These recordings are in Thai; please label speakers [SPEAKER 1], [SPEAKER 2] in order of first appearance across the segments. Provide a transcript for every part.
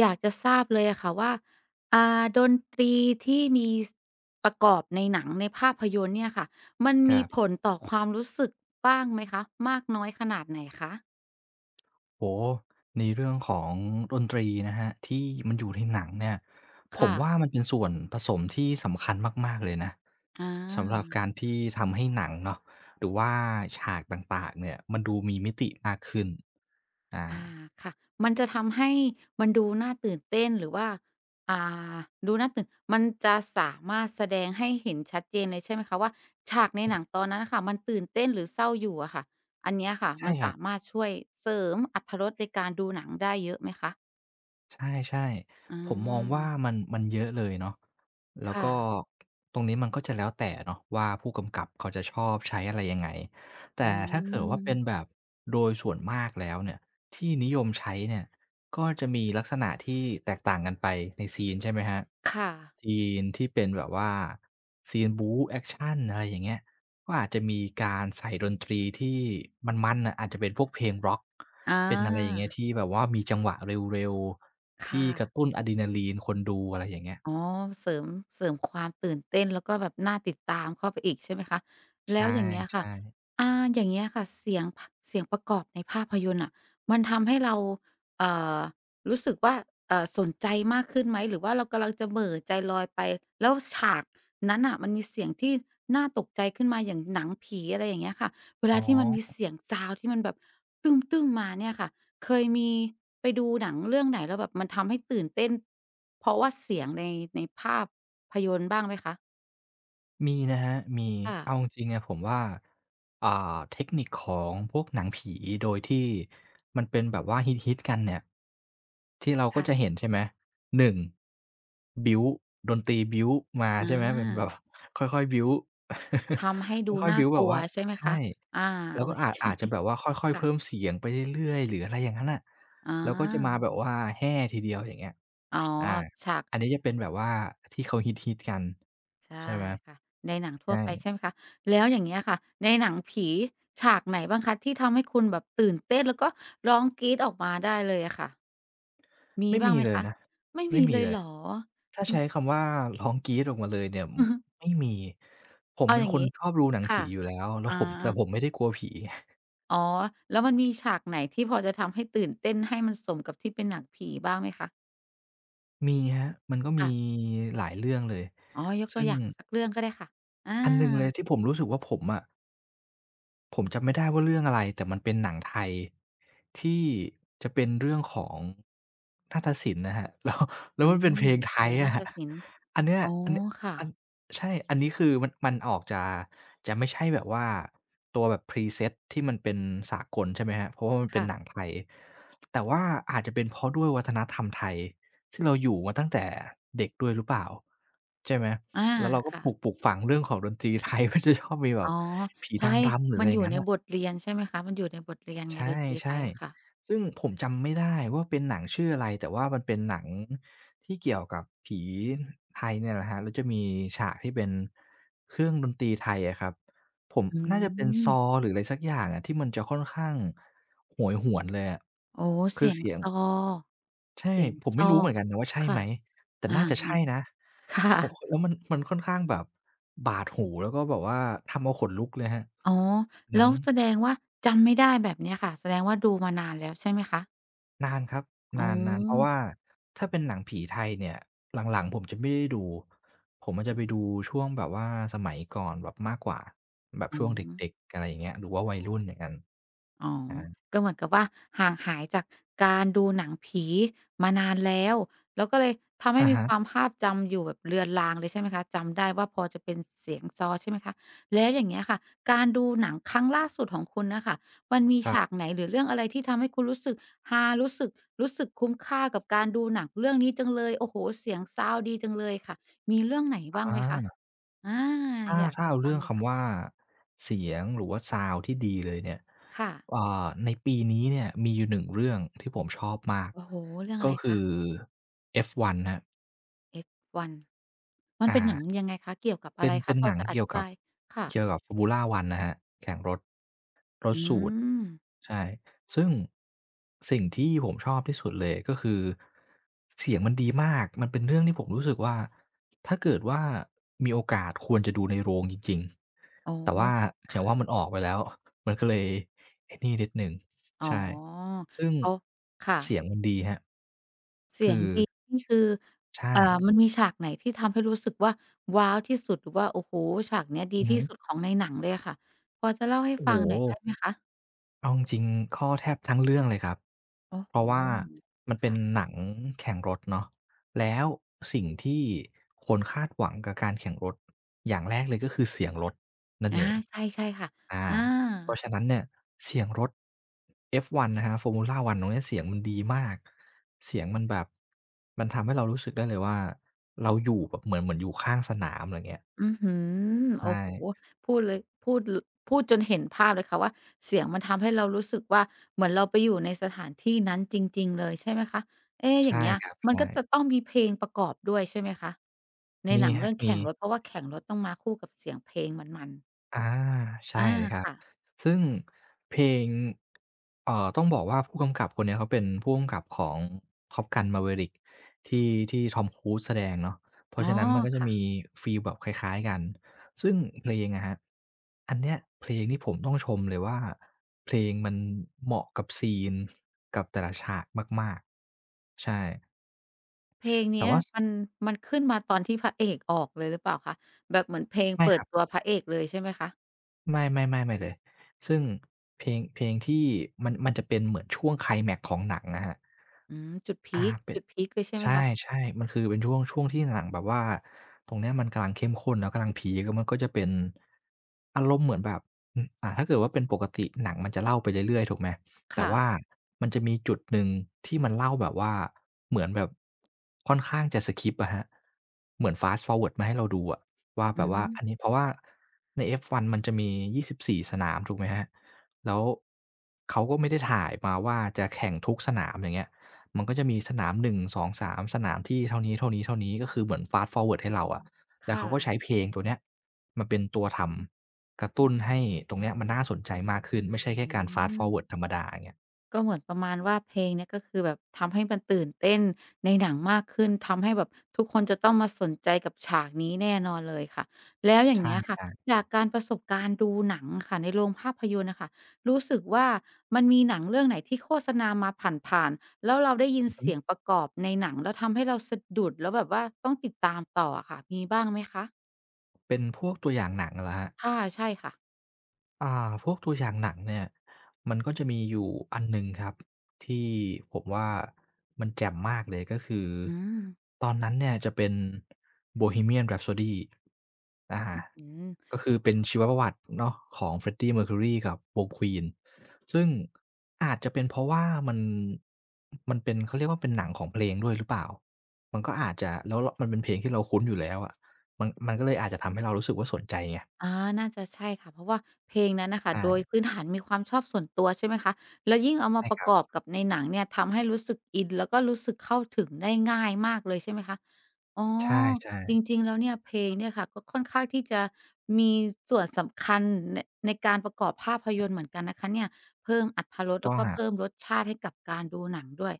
[SPEAKER 1] อยากจะทราบเลยอะค่ะว่าดนตรีที่มีประกอบในหนังในภาพยนตร์เนี่ยค่ะมัน
[SPEAKER 2] ค
[SPEAKER 1] มี
[SPEAKER 2] รั
[SPEAKER 1] ผล
[SPEAKER 2] บ
[SPEAKER 1] ต่อความรู้สึกบ้างไหมคะมากน้อยขนาดไหนคะ
[SPEAKER 2] โอ้โฮในเรื่องของดนตรีนะครับที่มันอยู่ในหนังเนี่ยผม
[SPEAKER 1] ค่ะ
[SPEAKER 2] ว่ามันเป็นส่วนผสมที่สำคัญมากๆเลยนะ
[SPEAKER 1] อ
[SPEAKER 2] สำหรับ
[SPEAKER 1] า
[SPEAKER 2] การที่ทำให้หนังเนาะหรือว่าฉากต่างๆเนี่ยมันดูมีมิติมากขึ้นอา
[SPEAKER 1] อาค่ะมันจะทำให้มันดูน่าตื่นเต้นหรือว่าอ่าดูน่าตื่นมันจะสามารถแสดงให้เห็นชัดเจนเลยใช่ไหมคะว่าฉากใน
[SPEAKER 2] อื
[SPEAKER 1] หนัง
[SPEAKER 2] อ
[SPEAKER 1] ตอนนั้นน่ะค่ะมันตื่นเต้นหรือเศร้าอยู่อะค่ะอันเนี้ยค่ะ
[SPEAKER 2] ใช่
[SPEAKER 1] มัน
[SPEAKER 2] ครับ
[SPEAKER 1] สามารถช่วยเสริมอรรถรสในการดูหนังได้เยอะไหมคะ
[SPEAKER 2] ใช่
[SPEAKER 1] อ
[SPEAKER 2] ๆผมมองว่า
[SPEAKER 1] า
[SPEAKER 2] มันเยอะเลยเนาะแล้วก็
[SPEAKER 1] ค่ะ
[SPEAKER 2] ตรงนี้มันก็จะแล้วแต่เนาะว่าผู้กำกับเขาจะชอบใช้อะไรยังไงแต่
[SPEAKER 1] อื
[SPEAKER 2] ถ้าเกิดว่าเป็นแบ
[SPEAKER 1] ม
[SPEAKER 2] บโดยส่วนมากแล้วเนี่ยที่นิยมใช้เนี่ยก็จะมีลักษณะที่แตกต่างกันไปในซีนใช่ไหมครับ
[SPEAKER 1] ค่ะ
[SPEAKER 2] ซีนที่เป็นแบบว่าซีนบู๊แอกชันอะไรอย่างเงี้ย ก็อาจจะมีการใส่ดนตรีที่มันๆน่ะอาจจะเป็นพวกเพลงร็อก
[SPEAKER 1] อ
[SPEAKER 2] เป็นอะไรอย่าง
[SPEAKER 1] า
[SPEAKER 2] เงี้ยที่แบบว่ามีจังหวะเร็วๆที่
[SPEAKER 1] ค่ะ
[SPEAKER 2] กระตุ้นอะดรีนาลีนคนดูอะไรอย่างเงี้ย
[SPEAKER 1] อ๋อเสริมเสริมความตื่นเต้นแล้วก็แบบน่าติดตามเข้าไปอีกใช่ไหมคะ
[SPEAKER 2] ใช
[SPEAKER 1] แล้วอย่างเงี้ยค่ะ
[SPEAKER 2] ่ๆ
[SPEAKER 1] อ่าอย่างเงี้ยค่ะเสียงประกอบในภาพยนตร์น่ะมันทำให้เราเอ่อรู้สึกว่าสนใจมากขึ้นไหมหรือว่าเรากำลังจะเหม่อใจลอยไปแล้วฉากนั้นน่ะมันมีเสียงที่น่าตกใจขึ้นมาอย่างหนังผีอะไรอย่างเงี้ยค่ะเว
[SPEAKER 2] อ๋
[SPEAKER 1] ลาที่มันมี
[SPEAKER 2] อ
[SPEAKER 1] เสียงซาวนด์ที่มันแบบมาเนี่ยค่ะ เคยมีไปดูหนังเรื่องไหนแล้วแบบมันทำให้ตื่นเต้นเพราะว่าเสียงในภาพยนตร์บ้างไหมคะ
[SPEAKER 2] มีนะครับมี
[SPEAKER 1] ค่ะ
[SPEAKER 2] เอาจริงๆอะผมว่าอ่าเทคนิคของพวกหนังผีโดยที่มันเป็นแบบว่าฮิตๆกันเนี่ยที่เราก็
[SPEAKER 1] ค่ะ
[SPEAKER 2] จะเห็นใช่ไหมหนึ่งบิลด์ดนตรีบิลด์มา
[SPEAKER 1] อา
[SPEAKER 2] ใช่ไหมเป็นแบบ ค่อยๆบิลด์
[SPEAKER 1] ทำให้ดู
[SPEAKER 2] ค่อยๆ
[SPEAKER 1] น่า
[SPEAKER 2] บิลด์
[SPEAKER 1] ก
[SPEAKER 2] แบบ
[SPEAKER 1] ลัว
[SPEAKER 2] ว่า
[SPEAKER 1] ใช่ไหม
[SPEAKER 2] ใช่
[SPEAKER 1] คะอา
[SPEAKER 2] แล้ว
[SPEAKER 1] โอ
[SPEAKER 2] ก็
[SPEAKER 1] เค
[SPEAKER 2] อาจจะแบบว่าค่อยๆเพิ่ม
[SPEAKER 1] ค่ะ
[SPEAKER 2] เสียงไปเรื่อยๆหรืออะไรอย่างงั้นน่ะ
[SPEAKER 1] อา
[SPEAKER 2] แล้วก็จะมาแบบว่าแห่ทีเดียวอย่างเงี้ย
[SPEAKER 1] อ๋อ
[SPEAKER 2] อา
[SPEAKER 1] ฉาก
[SPEAKER 2] อันนี้จะเป็นแบบว่าที่เขาฮิตๆกัน
[SPEAKER 1] ใช่
[SPEAKER 2] ใช่ไหม
[SPEAKER 1] ค่ะในหนังทั่ว
[SPEAKER 2] ใช่
[SPEAKER 1] ไปใช่ไหมคะ แล้วอย่างเงี้ยค่ะ ในหนังผีฉากไหนบ้างคะที่ทำให้คุณแบบตื่นเต้นแล้วก็ร้องกรี๊ดออกมาได้เลยอะค่ะมี
[SPEAKER 2] ไม่
[SPEAKER 1] บ้าง
[SPEAKER 2] มี
[SPEAKER 1] ไหม
[SPEAKER 2] เลย
[SPEAKER 1] คะ
[SPEAKER 2] นะ
[SPEAKER 1] ไม่
[SPEAKER 2] ไม่
[SPEAKER 1] มี
[SPEAKER 2] มี
[SPEAKER 1] เลย
[SPEAKER 2] เลย
[SPEAKER 1] เหรอ
[SPEAKER 2] ถ้า
[SPEAKER 1] อื
[SPEAKER 2] ใช้
[SPEAKER 1] อ
[SPEAKER 2] คำว่าร้องกรี๊ดออกมาเลยเนี่ยม
[SPEAKER 1] อือฮึ
[SPEAKER 2] ไม่มีผม
[SPEAKER 1] เอา
[SPEAKER 2] เป็
[SPEAKER 1] อ
[SPEAKER 2] น
[SPEAKER 1] ย่าง
[SPEAKER 2] คน
[SPEAKER 1] งี้
[SPEAKER 2] ชอบดูหนัง
[SPEAKER 1] ค่ะ
[SPEAKER 2] ผีอยู่แล้ว
[SPEAKER 1] อา
[SPEAKER 2] แต่ผมไม่ได้กลัวผี
[SPEAKER 1] อ๋อแล้วมันมีฉากไหนที่พอจะทำให้ตื่นเต้นให้มันสมกับที่เป็นหนังผีบ้างไหมคะ
[SPEAKER 2] มีครับมันก็มี
[SPEAKER 1] ค่ะ
[SPEAKER 2] หลายเรื่องเลย
[SPEAKER 1] อ๋อยกตั
[SPEAKER 2] ซึ่
[SPEAKER 1] ว
[SPEAKER 2] ง
[SPEAKER 1] อย่างสักเรื่องก็ได้ค่ะอา
[SPEAKER 2] อันหนึ่งเลยที่ผมรู้สึกว่าผมอะ ผมจำไม่ได้ว่าเรื่องอะไรแต่มันเป็นหนังไทยที่จะเป็นเรื่องของนาฏศิลป์นะครับ แล้วแล้
[SPEAKER 1] อื
[SPEAKER 2] วมัน
[SPEAKER 1] ม
[SPEAKER 2] เป็นเพล
[SPEAKER 1] หนั
[SPEAKER 2] ง
[SPEAKER 1] ง
[SPEAKER 2] ไท
[SPEAKER 1] ไท
[SPEAKER 2] ย
[SPEAKER 1] ยนา
[SPEAKER 2] อะค
[SPEAKER 1] ฏ
[SPEAKER 2] รับ
[SPEAKER 1] ศิลป์
[SPEAKER 2] อันเนี้ย
[SPEAKER 1] อ๋อ
[SPEAKER 2] อันเนี้ย
[SPEAKER 1] ค่ะ
[SPEAKER 2] อันใช่อันนี้คือมันออกจะไม่ใช่แบบว่าตัวแบบ preset ที่มันเป็นสากลใช่ไหมครับเพราะว่ามันเป็น
[SPEAKER 1] ค่ะ
[SPEAKER 2] หนังไทยแต่ว่าอาจจะเป็นเพราะด้วยวัฒนธรรมไทย ที่เราอยู่มาตั้งแต่เด็กด้วยหรือเปล่าใช่ไหม
[SPEAKER 1] อา
[SPEAKER 2] แล้วเราก็
[SPEAKER 1] ค่ะ
[SPEAKER 2] ถูกปลูกฝังเรื่องของดนตรีไทย ว่าจะชอบมีแบ
[SPEAKER 1] อ๋
[SPEAKER 2] บ
[SPEAKER 1] อ
[SPEAKER 2] ผี
[SPEAKER 1] ใช่
[SPEAKER 2] นางรำหรืออะ
[SPEAKER 1] มัน
[SPEAKER 2] ไรอ
[SPEAKER 1] อ
[SPEAKER 2] ย่าง
[SPEAKER 1] ยู่
[SPEAKER 2] งั้น
[SPEAKER 1] ใน
[SPEAKER 2] น่ะ
[SPEAKER 1] บทเรียนใช่ไหมคะมันอยู่ในบทเรียน
[SPEAKER 2] ใช
[SPEAKER 1] ไงดนตรีไท
[SPEAKER 2] ่
[SPEAKER 1] ยค่ะ
[SPEAKER 2] ๆซึ่งผมจำไม่ได้ว่าเป็นหนังชื่ออะไรแต่ว่ามันเป็นหนังที่เกี่ยวกับผีไทยเนี่ยแหละครับแล้วจะมีฉากที่เป็นเครื่องดนตรีไทยอะครับผม
[SPEAKER 1] อื
[SPEAKER 2] น่าจะเป็นซอ
[SPEAKER 1] ม
[SPEAKER 2] หรืออะไรสักอย่างอะที่มันจะค่อนข้างโหยหวนเลยอะ
[SPEAKER 1] โอ้
[SPEAKER 2] คื
[SPEAKER 1] เสี
[SPEAKER 2] อ
[SPEAKER 1] ยง
[SPEAKER 2] เสียง
[SPEAKER 1] ซอ
[SPEAKER 2] ใช่
[SPEAKER 1] เสียง
[SPEAKER 2] ผม
[SPEAKER 1] ซ
[SPEAKER 2] ไม่
[SPEAKER 1] อ
[SPEAKER 2] รู้เหมือนกันนะว่าใช่ไห
[SPEAKER 1] ค่ะ
[SPEAKER 2] มแต่น่าจะใช่
[SPEAKER 1] อา
[SPEAKER 2] นะโผ
[SPEAKER 1] ค่ะ
[SPEAKER 2] มแล้วมันมันค่อนข้างแบบบาดหูแล้วก็แบบว่าทำเอาขนลุกเลยครับ
[SPEAKER 1] อ๋อ
[SPEAKER 2] นั้
[SPEAKER 1] แล้
[SPEAKER 2] น
[SPEAKER 1] วแสดงว่าจำไม่ได้แบบเนี้ยค่ะแสดงว่าดูมานานแล้วใช่ไหมคะ
[SPEAKER 2] นานครับ
[SPEAKER 1] อ๋
[SPEAKER 2] น
[SPEAKER 1] อ
[SPEAKER 2] านๆเพราะว่าถ้าเป็นหนังผีไทยเนี่ยหลังๆผมจะไม่ได้ดูผมอาจจะไปดูช่วงแบบว่าสมัยก่อนแบบมากกว่าแบบ
[SPEAKER 1] อ๋
[SPEAKER 2] ช่วงเด็ก
[SPEAKER 1] อ
[SPEAKER 2] ๆอะไรอย่างเงี้ยหรือว่าวัยรุ่นอย่างงั้น
[SPEAKER 1] อ๋อ
[SPEAKER 2] อา
[SPEAKER 1] ก็เหมือนกับว่าห่างหายจากการดูหนังผีมานานแล้ว แล้วก็เลยทำให้
[SPEAKER 2] อะ
[SPEAKER 1] มีควา
[SPEAKER 2] ฮะ
[SPEAKER 1] มภาพจำอยู่แบบเลือนลางเลยใช่ไหมคะ จำได้ว่าพอจะเป็นเสียงซอใช่ไหมคะ แล้วอย่างเงี้ยค่ะ การดูหนังครั้งล่าสุดของคุณน่ะค่ะมันมี
[SPEAKER 2] ครั
[SPEAKER 1] ฉาก
[SPEAKER 2] บ
[SPEAKER 1] ไหนหรือเรื่องอะไรที่ทำให้คุณรู้สึกฮารู้สึกรู้สึกคุ้มค่ากับการดูหนังเรื่องนี้จังเลยโอ้โฮเสียงซาวด์ดีจังเลยค่ะมีเรื่องไหนบ้างไหมคะ
[SPEAKER 2] อา
[SPEAKER 1] อา
[SPEAKER 2] ถ้า
[SPEAKER 1] อยาก
[SPEAKER 2] ถ้า
[SPEAKER 1] จะ
[SPEAKER 2] เอา
[SPEAKER 1] ฟั
[SPEAKER 2] เรื่
[SPEAKER 1] ง
[SPEAKER 2] อง
[SPEAKER 1] เลยค่ะ
[SPEAKER 2] คำว่าเสียงหรือว่าซาวด์ที่ดีเลยเนี่ย
[SPEAKER 1] ค่ะ
[SPEAKER 2] ในปีนี้เนี่ยมีอยู่หนึ่งเรื่องที่ผมชอบมาก
[SPEAKER 1] โอ้โฮเรื่องอะ
[SPEAKER 2] ก็
[SPEAKER 1] ไร
[SPEAKER 2] คื
[SPEAKER 1] คะ
[SPEAKER 2] อ F1 ครับ
[SPEAKER 1] S1 มัน
[SPEAKER 2] อา
[SPEAKER 1] เป็นหนังยังไงคะเกี่ยวกับอะ
[SPEAKER 2] เป็
[SPEAKER 1] ไร
[SPEAKER 2] นเป็
[SPEAKER 1] คะ
[SPEAKER 2] น
[SPEAKER 1] พ
[SPEAKER 2] ห
[SPEAKER 1] อ
[SPEAKER 2] นัง
[SPEAKER 1] จะอ
[SPEAKER 2] เกี่ยว
[SPEAKER 1] ธิ
[SPEAKER 2] กับ
[SPEAKER 1] บายค่ะ
[SPEAKER 2] เกี่ยวกับ Formula ONE นะครับแข่งรถรถ
[SPEAKER 1] อื
[SPEAKER 2] สูตร
[SPEAKER 1] ม
[SPEAKER 2] ใช่ซึ่งสิ่งที่ผมชอบที่สุดเลยก็คือเสียงมันดีมากมันเป็นเรื่องที่ผมรู้สึกว่าถ้าเกิดว่ามีโอกาสควรจะดูในโรงจริง
[SPEAKER 1] อ๋อ
[SPEAKER 2] ๆแต่ว่าอย่างว่ามัน
[SPEAKER 1] ค่ะ
[SPEAKER 2] ออกไปแล้วมันก็เลยไอ้นี่นิดหนึ่ง
[SPEAKER 1] อ๋อ
[SPEAKER 2] ใช่ซึ่ง
[SPEAKER 1] เขาค่ะ
[SPEAKER 2] เสียงมันดีครับคื
[SPEAKER 1] เสียง
[SPEAKER 2] อ
[SPEAKER 1] ดีนี่คือ
[SPEAKER 2] ใช่
[SPEAKER 1] เอ่อมันมีฉากไหนที่ทำให้รู้สึกว่าว้าวที่สุดหรือว่าโอ้โฮฉากเนี้ยดี
[SPEAKER 2] อือฮึ
[SPEAKER 1] ที่สุดของในหนังเลยอะค่ะพอจะเล่าให้
[SPEAKER 2] โอ้โฮ
[SPEAKER 1] ฟังหน่อยได้ไหมคะ
[SPEAKER 2] เอาจริงๆข้อแทบทั้งเรื่องเลยครับ
[SPEAKER 1] โอ้
[SPEAKER 2] เพ
[SPEAKER 1] โฮ
[SPEAKER 2] ราะว่ามันเป็น
[SPEAKER 1] ค่ะ
[SPEAKER 2] หนังแข่งรถเนาะแล้วสิ่งที่คนคาดหวังกับการแข่งรถอย่างแรกเลยก็คือเสียงรถนั่น
[SPEAKER 1] อา
[SPEAKER 2] เอง
[SPEAKER 1] ใช่ใช่ค่ะ
[SPEAKER 2] อา
[SPEAKER 1] อา
[SPEAKER 2] เพราะฉะนั้นเนี่ยเสียงรถ F1 นะครับ Formula 1ตรงเนี้ยเสียงมันดีมากเสียงมันแบบมันทำให้เรารู้สึกได้เลยว่าเราอยู่แบบเหมือนอยู่ข้างสนามอะไรเงี้ย
[SPEAKER 1] อื้อฮือ
[SPEAKER 2] ใช่
[SPEAKER 1] โอ้โฮพูดเลยพูดลพูดจนเห็นภาพเลยค่ะว่าเสียงมันทำให้เรารู้สึกว่าเหมือนเราไปอยู่ในสถานที่นั้นจริงๆเลยใช่ไหมคะเอ๊อย่า
[SPEAKER 2] ใช่
[SPEAKER 1] งเงี้ย
[SPEAKER 2] ครับ
[SPEAKER 1] มันก็จะ
[SPEAKER 2] ใช่
[SPEAKER 1] ต้องมีเพลงประกอบด้วยใช่ไหมคะใน
[SPEAKER 2] มี
[SPEAKER 1] หนัง
[SPEAKER 2] ครั
[SPEAKER 1] เรื่
[SPEAKER 2] บ
[SPEAKER 1] อง
[SPEAKER 2] มี
[SPEAKER 1] แข่งรถเพราะว่าแข่งรถต้องมาคู่กับเสียงเพลงมันๆ
[SPEAKER 2] อา
[SPEAKER 1] อา
[SPEAKER 2] ใช่เลยครับ
[SPEAKER 1] ค่ะ
[SPEAKER 2] ซึ่งเพลงต้องบอกว่าผู้กำกับคนเนี้ยเขาเป็นผู้กำกับของ Top Gun: Maverick ที่ที่ Tom Cruise แสดงเนาะเพ
[SPEAKER 1] อ๋
[SPEAKER 2] ราะ
[SPEAKER 1] อ
[SPEAKER 2] ฉะนั้นมันก็จะ
[SPEAKER 1] ค่ะ
[SPEAKER 2] มีฟีลแบบคล้ายๆกันซึ่งเพลงอะครับอันเนี้ยเพลงนี่ผมต้องชมเลยว่าเพลงมันเหมาะกับซีนกับแต่ละฉากมากๆใช่
[SPEAKER 1] เพลง
[SPEAKER 2] แต่
[SPEAKER 1] เนี้ย
[SPEAKER 2] ว่าส
[SPEAKER 1] มันขึ้นมาตอนที่พระเอกออกเลยหรือเปล่าคะแบบเหมือนเพลง
[SPEAKER 2] ไม่
[SPEAKER 1] เปิ
[SPEAKER 2] ค
[SPEAKER 1] ด
[SPEAKER 2] รั
[SPEAKER 1] ตั
[SPEAKER 2] บ
[SPEAKER 1] วพระเอกเลยใช่ไหมคะ
[SPEAKER 2] ไม่ไม่ไม่ไม่เลยซึ่งเพลงที่มันจะเป็นเหมือนช่วงไคลแม็กซ์ของหนังอะครับ
[SPEAKER 1] อืมจุดพี
[SPEAKER 2] อา
[SPEAKER 1] ก
[SPEAKER 2] เป็น
[SPEAKER 1] จุดพีกเลยใช่ไห
[SPEAKER 2] ใช
[SPEAKER 1] มคะ
[SPEAKER 2] ่ๆมันคือเป็นช่วงที่หนังแบบว่าตรงเนี้ยมันกำลังเข้มข้นแล้วกำลังพีกแล้วมันก็จะเป็นอารมณ์เหมือนแบบอืมอ่าถ้าเกิดว่าเป็นปกติหนังมันจะเล่าไปเรื่อยๆถูกไหมแต่
[SPEAKER 1] ค่ะ
[SPEAKER 2] ว่ามันจะมีจุดหนึ่งที่มันเล่าแบบว่าเหมือนแบบค่อนข้างจะสกิปอะครับเหมือน fast forward มาให้เราดูอะว่า
[SPEAKER 1] อื
[SPEAKER 2] แบบว่าอัน
[SPEAKER 1] ม
[SPEAKER 2] นี้เพราะว่าใน F1 มันจะมียี่สบสี่สนามถูกไหมครับแล้วเขาก็ไม่ได้ถ่ายมาว่าจะแข่งทุกสนามอย่างเงี้ย มันก็จะมีสนาม1 2 3สองสามสนามที่เท่านี้ๆๆก็คือเหมือน fast forward ให้เราอะแล้ว
[SPEAKER 1] ค่ะ
[SPEAKER 2] เขาก็ใช้เพลงตัวเนี้ยมาเป็นตัวทำกระตุ้นให้ตรงเนี้ยมันน่าสนใจมากขึ้นไม่ใช่แค่
[SPEAKER 1] อื
[SPEAKER 2] การ fast
[SPEAKER 1] ม
[SPEAKER 2] forward ธรรมดาอย่างเงี้ย
[SPEAKER 1] ก็เหมือนประมาณว่าเพลงเนี่ยก็คือแบบทำให้มันตื่นเต้นในหนังมากขึ้นทำให้แบบทุกคนจะต้องมาสนใจกับฉากนี้แน่นอนเลยค่ะแล้วอ
[SPEAKER 2] ใช
[SPEAKER 1] ย่างเงี้ยค่ะ
[SPEAKER 2] ่
[SPEAKER 1] จากการประสบการณ์ดูหนังค่ะในโรงภาพยนตร์น่ะค่ะรู้สึกว่ามันมีหนังเรื่องไหนที่โฆษณามาผ่านๆแล้วเราได้ยิ
[SPEAKER 2] ๆ
[SPEAKER 1] น
[SPEAKER 2] อือฮึ
[SPEAKER 1] เสียงประกอบในหนังแล้วทำให้เราสะดุดแล้วแบบว่าต้องติดตามต่ออะค่ะมีบ้างไหมคะ
[SPEAKER 2] เป็นพวกตัวอย่างหนังเหรอครับ
[SPEAKER 1] ค่ะใช่ค่ะ
[SPEAKER 2] อ่าพวกตัวอย่างหนังเนี่ยมันก็จะมีอยู่อันหนึ่งครับที่ผมว่ามันแจ่มมากเลยก็คือ
[SPEAKER 1] อืม
[SPEAKER 2] ตอนนั้นเนี่ยจะเป็น Bohemian Rhapsody อา
[SPEAKER 1] อืม
[SPEAKER 2] ก็คือเป็นชีวประวัติเนาะของ Freddie Mercury กับวง Queen ซึ่งอาจจะเป็นเพราะว่ามันมันเป็นเขาเรียกว่าเป็นหนังของเพลงด้วยหรือเปล่ามันก็อาจจะแล้วแลวมันเป็นเพลงที่เราคุ้นอยู่แล้วอะมันก็เลยอาจจะทำให้เรารู้สึกว่าสนใจไง
[SPEAKER 1] อาน่าจะใช่ค่ะ เพราะว่าเพลงนั้นน่ะค่ะ
[SPEAKER 2] อา
[SPEAKER 1] โดยพื้นฐานมีความชอบส่วนตัวใช่ไหมคะ แล้วยิ่งเอามา
[SPEAKER 2] ใช่
[SPEAKER 1] ป
[SPEAKER 2] ค
[SPEAKER 1] ระ
[SPEAKER 2] รั
[SPEAKER 1] ก
[SPEAKER 2] บ
[SPEAKER 1] อบกับในหนังเนี่ยทำให้รู้สึกอินแล้วก็รู้สึกเข้าถึงได้ง่ายมากเลยใช่ไหมคะ อ๋อ
[SPEAKER 2] ใช่
[SPEAKER 1] จ
[SPEAKER 2] ๆ
[SPEAKER 1] ริงๆแล้วเนี่ยเพลงเนี่ยค่ะก็ค่อนข้างที่จะมีส่วนสำคัญในในการประกอบภาพยนตร์เหมือนกันนะคะเนี่ยเพิ่มอรรถร
[SPEAKER 2] ถู
[SPEAKER 1] ส
[SPEAKER 2] กต้
[SPEAKER 1] แล้
[SPEAKER 2] อ
[SPEAKER 1] ว
[SPEAKER 2] ง
[SPEAKER 1] ก็
[SPEAKER 2] ครับ
[SPEAKER 1] เพิ่มรสชาติให้กับการดูหนังด้วย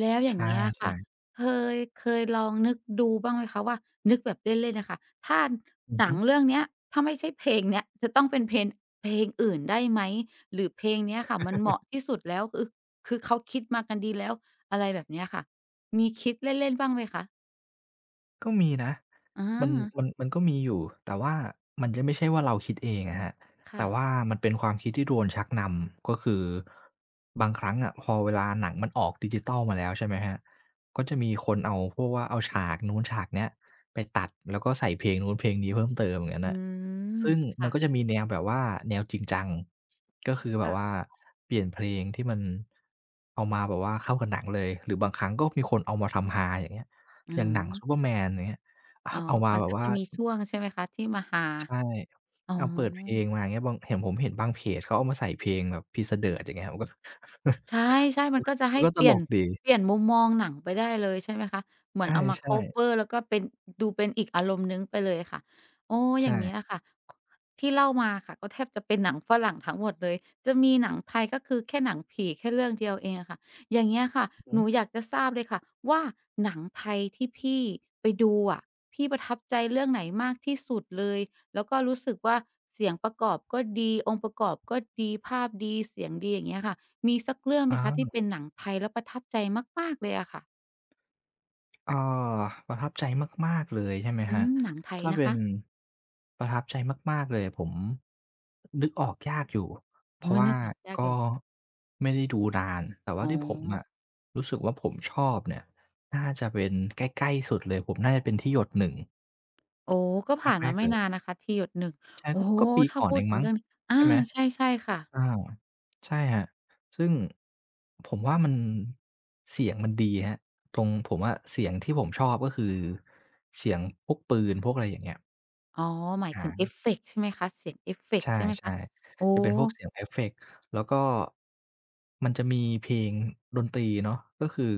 [SPEAKER 1] แล้วอย่าง
[SPEAKER 2] ใช่
[SPEAKER 1] เงี้ยค่ะ
[SPEAKER 2] ๆ
[SPEAKER 1] เคเคยลองนึกดูบ้างไหมคะว่านึกแบบเล่นๆน่ะค่ะถ้า
[SPEAKER 2] อือ
[SPEAKER 1] หนั
[SPEAKER 2] ฮึ
[SPEAKER 1] งเรื่องเนี้ยถ้าไม่ใช่เพลงเนี้ยจะต้องเป็นเพลงอื่นได้ไหมหรือเพลงเนี้ยค่ะมันเหมาะที่สุดแล้วคือเขาคิดมากันดีแล้วอะไรแบบเนี้ยค่ะมีคิดเล่นๆบ้างไหมคะ
[SPEAKER 2] ก็มีนะ
[SPEAKER 1] อา
[SPEAKER 2] มันมันก็มีอยู่แต่ว่ามันจะไม่ใช่ว่าเราคิดเองอะครับแต่
[SPEAKER 1] ค่ะ
[SPEAKER 2] ว่ามันเป็นความคิดที่โดนชักนำก็คือบางครั้งอะพอเวลาหนังมันออกดิจิทัลมาแล้วใช่ไหมครับก็จะมีคนเอาพวกว่าเอาฉากนู้นฉากเนี้ยไปตัดแล้วก็ใส่เพลงนู้นเพลงนี้เพิ่มเติมอย่างนั้น
[SPEAKER 1] อื
[SPEAKER 2] น่ะ
[SPEAKER 1] ม
[SPEAKER 2] ซึ่งมัน
[SPEAKER 1] ค่ะ
[SPEAKER 2] ก็จะมีแนวแบบว่าแนวจริงจังก็คือแบบว่า
[SPEAKER 1] ค่ะ
[SPEAKER 2] เปลี่ยนเพลงที่มันเอามาแบบว่าเข้ากับหนังเลยหรือบางครั้งก็มีคนเอามาทำฮาอย่างเงี้ย
[SPEAKER 1] อื
[SPEAKER 2] อย่างหนั
[SPEAKER 1] ม
[SPEAKER 2] งซูเปอร์แมนอย่างเงี้ยเอา
[SPEAKER 1] อ๋อ
[SPEAKER 2] เอามา
[SPEAKER 1] มัน
[SPEAKER 2] แบบ
[SPEAKER 1] ก็
[SPEAKER 2] ว่า
[SPEAKER 1] จะมีช่วงใช่ไหมคะที่มาฮา
[SPEAKER 2] ใช่
[SPEAKER 1] อ๋อ
[SPEAKER 2] เอาเปิดเพลงมาอย่างเงี้ยบางเห็นผมเห็นบางเพจเขาเอามาใส่เพลงแบบ Peace a Dirt อย่างเงี้ยมันก็
[SPEAKER 1] ใช่ๆมันก็จะ
[SPEAKER 2] มัน
[SPEAKER 1] ให้
[SPEAKER 2] ก็ต
[SPEAKER 1] เปลี่
[SPEAKER 2] ล
[SPEAKER 1] ยน
[SPEAKER 2] กดี
[SPEAKER 1] มุมมองหนังไปได้เลยใช่ไหมคะเห
[SPEAKER 2] ใ
[SPEAKER 1] มือนเอามา
[SPEAKER 2] ช่
[SPEAKER 1] คัฟเวอ
[SPEAKER 2] ๆ
[SPEAKER 1] ร์แล้วก็เป็นดูเป็นอีกอารมณ์หนึ่งไปเลยค่ะโอ้อย่า
[SPEAKER 2] ใช่
[SPEAKER 1] งเงี้ยค่ะคที่เล่ามาค่ะก็แทบจะเป็นหนังฝรั่งทั้งหมดเลย จะมีหนังไทยก็คือแค่หนังผีแค่เรื่องเดียวเองอะค่ะอย่างเงี้ยค่ะ
[SPEAKER 2] อือฮึ
[SPEAKER 1] หนูอยากจะทราบเลยค่ะว่าหนังไทยที่พี่ไปดูอะพี่ประทับใจเรื่องไหนมากที่สุดเลยแล้วก็รู้สึกว่าเสียงประกอบก็ดีองค์ประกอบก็ดีภาพดีเสียงดีอย่างเงี้ยค่ะ มีสักเรื่องไหม
[SPEAKER 2] อา
[SPEAKER 1] คะที่เป็นหนังไทยแล้วประทับใจมากๆเลยอะค่ะ
[SPEAKER 2] เอ่อประทับใจมากๆเลยใช่ไหม
[SPEAKER 1] อื
[SPEAKER 2] ครับ
[SPEAKER 1] มหนังไทย
[SPEAKER 2] ถ้า
[SPEAKER 1] นะ
[SPEAKER 2] เป็น
[SPEAKER 1] คะ
[SPEAKER 2] ประทับใจมากๆเลยผมนึกออกยากอยู่เพ
[SPEAKER 1] อ๋อ
[SPEAKER 2] ราะว่า
[SPEAKER 1] นึกออกยากอ
[SPEAKER 2] ก็
[SPEAKER 1] ยู่
[SPEAKER 2] ไม่ได้ดูนานแต่ว่า
[SPEAKER 1] อ๋อ
[SPEAKER 2] ที่ผมอะรู้สึกว่าผมชอบเนี่ยน่าจะเป็นใกล้ๆสุดเลยผมน่าจะเป็นที่หยดหนึ่ง
[SPEAKER 1] โอ้ก็
[SPEAKER 2] ภาค
[SPEAKER 1] ผ่าน
[SPEAKER 2] แร
[SPEAKER 1] มา
[SPEAKER 2] ก
[SPEAKER 1] ไม่
[SPEAKER 2] เลย
[SPEAKER 1] นานนะคะที่หยดหนึ่ง
[SPEAKER 2] ใช่
[SPEAKER 1] โอ้
[SPEAKER 2] ก็
[SPEAKER 1] โฮ
[SPEAKER 2] ก็ปี
[SPEAKER 1] ถ้า
[SPEAKER 2] ก่อน
[SPEAKER 1] พู
[SPEAKER 2] เอ
[SPEAKER 1] ด
[SPEAKER 2] ง
[SPEAKER 1] ถึง
[SPEAKER 2] มั้ง
[SPEAKER 1] เรื่องอา
[SPEAKER 2] ใช่ไหม
[SPEAKER 1] ใช่ๆค่ะ
[SPEAKER 2] อาใช่ครับซึ่งผมว่ามันเสียงมันดีครับตรงผมอะเสียงที่ผมชอบก็คือเสียงพวกปืนพวกอะไรอย่างเงี้ย
[SPEAKER 1] อ๋อหมาย
[SPEAKER 2] อา
[SPEAKER 1] ถึงเอฟเฟกต์ใช่ไหมคะเสียงเอฟเฟก
[SPEAKER 2] ใช
[SPEAKER 1] ต์ใช่ไหมคะ
[SPEAKER 2] ่
[SPEAKER 1] โอ้
[SPEAKER 2] ๆจะเป็นพวกเสียงเอฟเฟกต์แล้วก็มันจะมีเพลงดนตรีเนาะก็คือ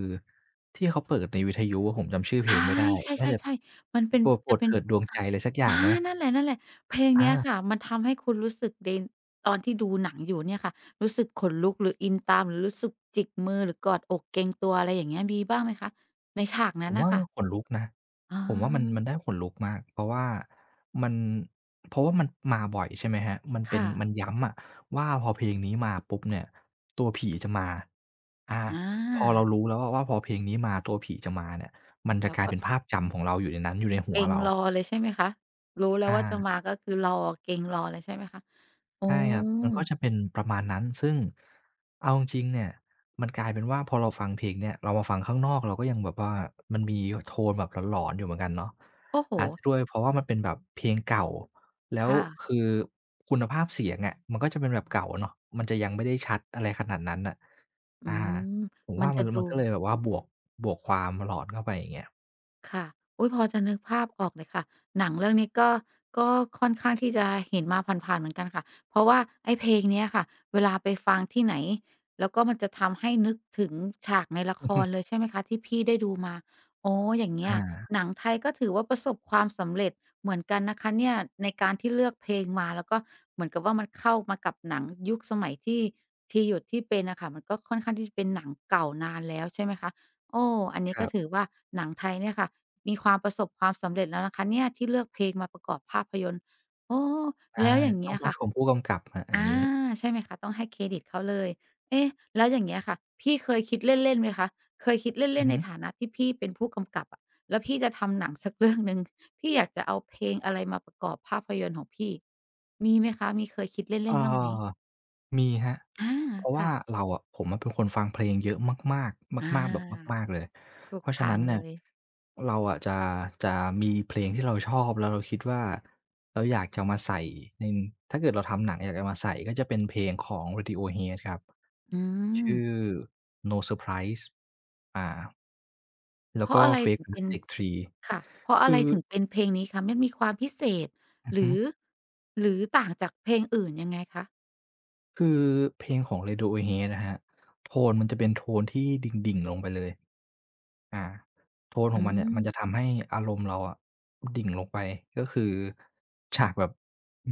[SPEAKER 2] ที่เขาเปิดในวิทยุอะผมจำชื่อเพลงไม่ได้
[SPEAKER 1] ใ
[SPEAKER 2] น่าจะ
[SPEAKER 1] ช่ๆๆๆมันเป็น
[SPEAKER 2] โปรดโปร
[SPEAKER 1] จะ
[SPEAKER 2] ด
[SPEAKER 1] เป็น
[SPEAKER 2] เถิดดวงใจ
[SPEAKER 1] อา
[SPEAKER 2] อะไรสักอย่าง
[SPEAKER 1] อา
[SPEAKER 2] ได้ไหม
[SPEAKER 1] นั่นแหละๆเพลง
[SPEAKER 2] อา
[SPEAKER 1] เนี้ยค่ะมันทำให้คุณรู้สึกเดนตอนที่ดูหนังอยู่เนี่ยค่ะรู้สึกขนลุกหรืออินตามหรือรู้สึกจิกมือหรือกอดอกเกรงตัวอะไรอย่างเงี้ยมีบ้างไหมคะในฉาก
[SPEAKER 2] ผ
[SPEAKER 1] นั้น
[SPEAKER 2] ม
[SPEAKER 1] น่ะ
[SPEAKER 2] ว่า
[SPEAKER 1] ค่ะ
[SPEAKER 2] ขนลุกนะ
[SPEAKER 1] อา
[SPEAKER 2] ผมว่ามันได้ขนลุกมากเพราะว่ามันเพราะว่ามันมาบ่อยใช่ไหมครับมันเป็น
[SPEAKER 1] ค่ะ
[SPEAKER 2] มันย้ำอะว่าพอเพลงนี้มาปุ๊บเนี่ยตัวผีจะมาอา
[SPEAKER 1] อา
[SPEAKER 2] พอเรารู้แล้วอะว่าพอเพลงนี้มาตัวผีจะมาเนี่ยมันจะ
[SPEAKER 1] แล้ว
[SPEAKER 2] กลาย
[SPEAKER 1] ก็
[SPEAKER 2] เป็นภาพจำของเราอยู่ในนั้นอยู่ในหั
[SPEAKER 1] เก
[SPEAKER 2] ว
[SPEAKER 1] ร็ง
[SPEAKER 2] เรา
[SPEAKER 1] รอเลยใช่ไหมคะรู้แล้วว่าจะ
[SPEAKER 2] อา
[SPEAKER 1] มาก็คือรอเกร็งรอเลยใช่ไหมคะอ๋
[SPEAKER 2] ใช่ครับมัน
[SPEAKER 1] อ
[SPEAKER 2] ก็จะเป็นประมาณนั้นซึ่งเอาจริงๆเนี่ยมันกลายเป็นว่าพอเราฟังเพลงเนี่ยเรามาฟังข้างนอกเราก็ยังแบบว่ามันมีโทนแบบหลอนๆอยู่เหมือนกันเนาะ
[SPEAKER 1] โอ้โฮ
[SPEAKER 2] อาจจะด้วยเพราะว่ามันเป็นแบบเพลงเก่าแล้ว
[SPEAKER 1] ค่ะ
[SPEAKER 2] คือคุณภาพเสียงอะมันก็จะเป็นแบบเก่าเนาะมันจะยังไม่ได้ชัดอะไรขนาดนั้นน่ะ
[SPEAKER 1] อื
[SPEAKER 2] อา
[SPEAKER 1] ม
[SPEAKER 2] ผม
[SPEAKER 1] มั
[SPEAKER 2] ว่า
[SPEAKER 1] น
[SPEAKER 2] มั
[SPEAKER 1] จะ
[SPEAKER 2] น
[SPEAKER 1] ดู
[SPEAKER 2] มันก็เลยแบบว่าบวกบวกความหลอนเข้าไปอย่างเงี้ย
[SPEAKER 1] ค่ะอุ๊ยพอจะนึกภาพออกเลยค่ะหนังเรื่องนี้ก็ค่อนข้างที่จะเห็นมาผ่านๆเหมือนกันค่ะเพราะว่าไอ้เพลงเนี้ยค่ะเวลาไปฟังที่ไหนแล้วก็มันจะทำให้นึกถึงฉากในละคร เลยใช่ไหมคะที่พี่ได้ดูมาอ๋ออย่างเงี้ย
[SPEAKER 2] อา
[SPEAKER 1] หนังไทยก็ถือว่าประสบความสำเร็จเหมือนกันนะคะเนี่ยในการที่เลือกเพลงมาแล้วก็เหมือนกับว่ามันเข้ามากับหนังยุคสมัยที่หยุดที่เป็นน่ะค่ะมันก็ค่อนข้างที่จะเป็นหนังเก่านานแล้วใช่ไหมคะ โอ้อันนี้
[SPEAKER 2] ค
[SPEAKER 1] ก็
[SPEAKER 2] รั
[SPEAKER 1] ถือ
[SPEAKER 2] บ
[SPEAKER 1] ว่าหนังไทยเนี่ยค่ะมีความประสบความสำเร็จแล้วนะคะเนี่ยที่เลือกเพลงมาประกอบภาพยนตร์โอ้
[SPEAKER 2] ใช่
[SPEAKER 1] แล้วอย่าง
[SPEAKER 2] ต้
[SPEAKER 1] เงี้
[SPEAKER 2] อง
[SPEAKER 1] ย
[SPEAKER 2] ต้อง
[SPEAKER 1] ค่ะ
[SPEAKER 2] ชมผู้กำกับครับอย่าง
[SPEAKER 1] อา
[SPEAKER 2] งี้
[SPEAKER 1] ใช่ไหมคะต้องให้เครดิตเขาเลยเอ๊ะแล้วอย่างเงี้ยค่ะพี่เคยคิดเล่นๆไหมคะเคยคิด
[SPEAKER 2] อื
[SPEAKER 1] เล่
[SPEAKER 2] อ
[SPEAKER 1] นๆ
[SPEAKER 2] ฮึ
[SPEAKER 1] ในฐานะที่พี่เป็นผู้กำกับอะแล้วพี่จะทำหนังสักเรื่องหนึ่งพี่อยากจะเอาเพลงอะไรมาประกอบภาพยนตร์ของพี่มีไหมคะมีเคยคิด
[SPEAKER 2] เอ่อ
[SPEAKER 1] เล่นๆบ้างไหม
[SPEAKER 2] มีครับ
[SPEAKER 1] อา
[SPEAKER 2] เพราะว่า
[SPEAKER 1] ค่ะ
[SPEAKER 2] เราอะผมอะเป็นคนฟังเพลงเยอะมากๆ
[SPEAKER 1] อ
[SPEAKER 2] มากๆแบบ
[SPEAKER 1] า
[SPEAKER 2] มากๆเลย
[SPEAKER 1] ถู
[SPEAKER 2] เพ
[SPEAKER 1] ก
[SPEAKER 2] ราะฉะ
[SPEAKER 1] ทา
[SPEAKER 2] นั้
[SPEAKER 1] ง
[SPEAKER 2] น
[SPEAKER 1] เล
[SPEAKER 2] เนี่ย
[SPEAKER 1] ย
[SPEAKER 2] เราอะจะมีเพลงที่เราชอบแล้วเราคิดว่าเราอยากจะมาใส่ในถ้าเกิดเราทำหนังอยากจะมาใส่ก็จะเป็นเพลงของ Radiohead ครับ
[SPEAKER 1] อืม
[SPEAKER 2] ชื่อ No Surprise อ่าแล้
[SPEAKER 1] เพ
[SPEAKER 2] ว
[SPEAKER 1] ราะ
[SPEAKER 2] ก็
[SPEAKER 1] อะไรถึ
[SPEAKER 2] Fake
[SPEAKER 1] งเป็น
[SPEAKER 2] Plastic Tree
[SPEAKER 1] ค่ะเพราะอะ
[SPEAKER 2] คื
[SPEAKER 1] ไร
[SPEAKER 2] อ
[SPEAKER 1] ถึงเป็นเพลงนี้คะมันมีความพิเศษ
[SPEAKER 2] อือ
[SPEAKER 1] ห
[SPEAKER 2] ฮึ
[SPEAKER 1] รือหรือต่างจากเพลงอื่นยังไงคะ
[SPEAKER 2] คือเพลงของ Radiohead นะครับโทนมันจะเป็นโทนที่ดิ่งๆลงไปเลย อาโทนของ
[SPEAKER 1] อื
[SPEAKER 2] มันเนี่ยมันจะ
[SPEAKER 1] ม
[SPEAKER 2] ทำให้อารมณ์เราอะดิ่งลงไปก็คือฉากแบบ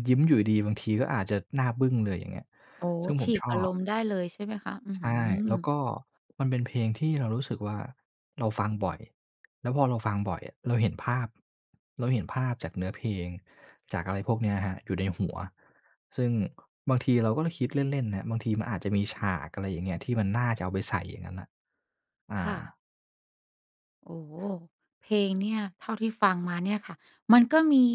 [SPEAKER 2] ยิ้มอยู่ดีๆบางทีก็อาจจะหน้าบึ้งเลยอย่างเงี้ย
[SPEAKER 1] โอ้
[SPEAKER 2] ซึ่งผม
[SPEAKER 1] ฉีก
[SPEAKER 2] ช
[SPEAKER 1] อา
[SPEAKER 2] อ
[SPEAKER 1] ร
[SPEAKER 2] บ
[SPEAKER 1] มณ์ได้เลยใช่ไหมคะอื้อฮื
[SPEAKER 2] ใช่
[SPEAKER 1] อ
[SPEAKER 2] แล้วก็มันเป็นเพลงที่เรารู้สึกว่าเราฟังบ่อยแล้วพอเราฟังบ่อยอะเราเห็นภาพเราเห็นภาพจากเนื้อเพลงจากอะไรพวกเนี้ยครับอยู่ในหัวซึ่งบางทีเราก็คิดเล่นๆนะบางทีมันอาจจะมีฉากอะไรอย่างเงี้ยที่มันน่าจะเอาไปใส่อย่างงั้นน่ะอา
[SPEAKER 1] ค่ะ โอ้โฮเพลงเนี่ยเท่าที่ฟังมาเนี่ยค่ะมันก็มี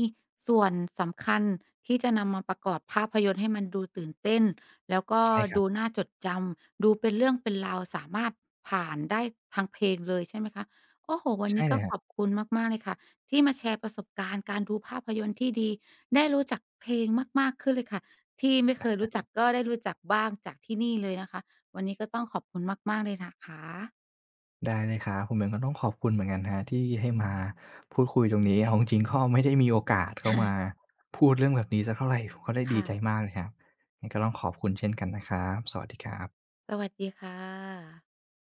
[SPEAKER 1] ส่วนสำคัญที่จะนำมาประกอบภาพยนตร์ให้มันดูตื่นเต้นแล้วก็
[SPEAKER 2] ใช่ครับ
[SPEAKER 1] ดูน่าจดจำดูเป็นเรื่องเป็นราวสามารถผ่านได้ทางเพลงเลยใช่ไหมคะโอ้โฮวัน
[SPEAKER 2] ใช่
[SPEAKER 1] นี้
[SPEAKER 2] เล
[SPEAKER 1] ก็
[SPEAKER 2] ยครั
[SPEAKER 1] ขอบ
[SPEAKER 2] บ
[SPEAKER 1] คุณมากๆเลยค่ะที่มาแชร์ประสบการณ์การดูภาพยนตร์ที่ดีได้รู้จักเพลงมากๆขึ้นเลยค่ะที่ไม่เคยรู้จักก็ได้รู้จักบ้างจากที่นี่เลยนะคะวันนี้ก็ต้องขอบคุณมากๆเลยนะคะ
[SPEAKER 2] ได้เลยครับผมเองก็ต้องขอบคุณเหมือนกันครับที่ให้มาพูดคุยตรงนี้เอาจริงๆก็ไม่ได้มีโอกาสเข้ามาพูดเรื่องแบบนี้สักเท่าไรผมก็ได้ดี
[SPEAKER 1] ค่ะ
[SPEAKER 2] ใจมากเลยครับงั้นก็ต้องขอบคุณเช่นกันนะครับสวัสดีครับ
[SPEAKER 1] สวัสดีค่ะ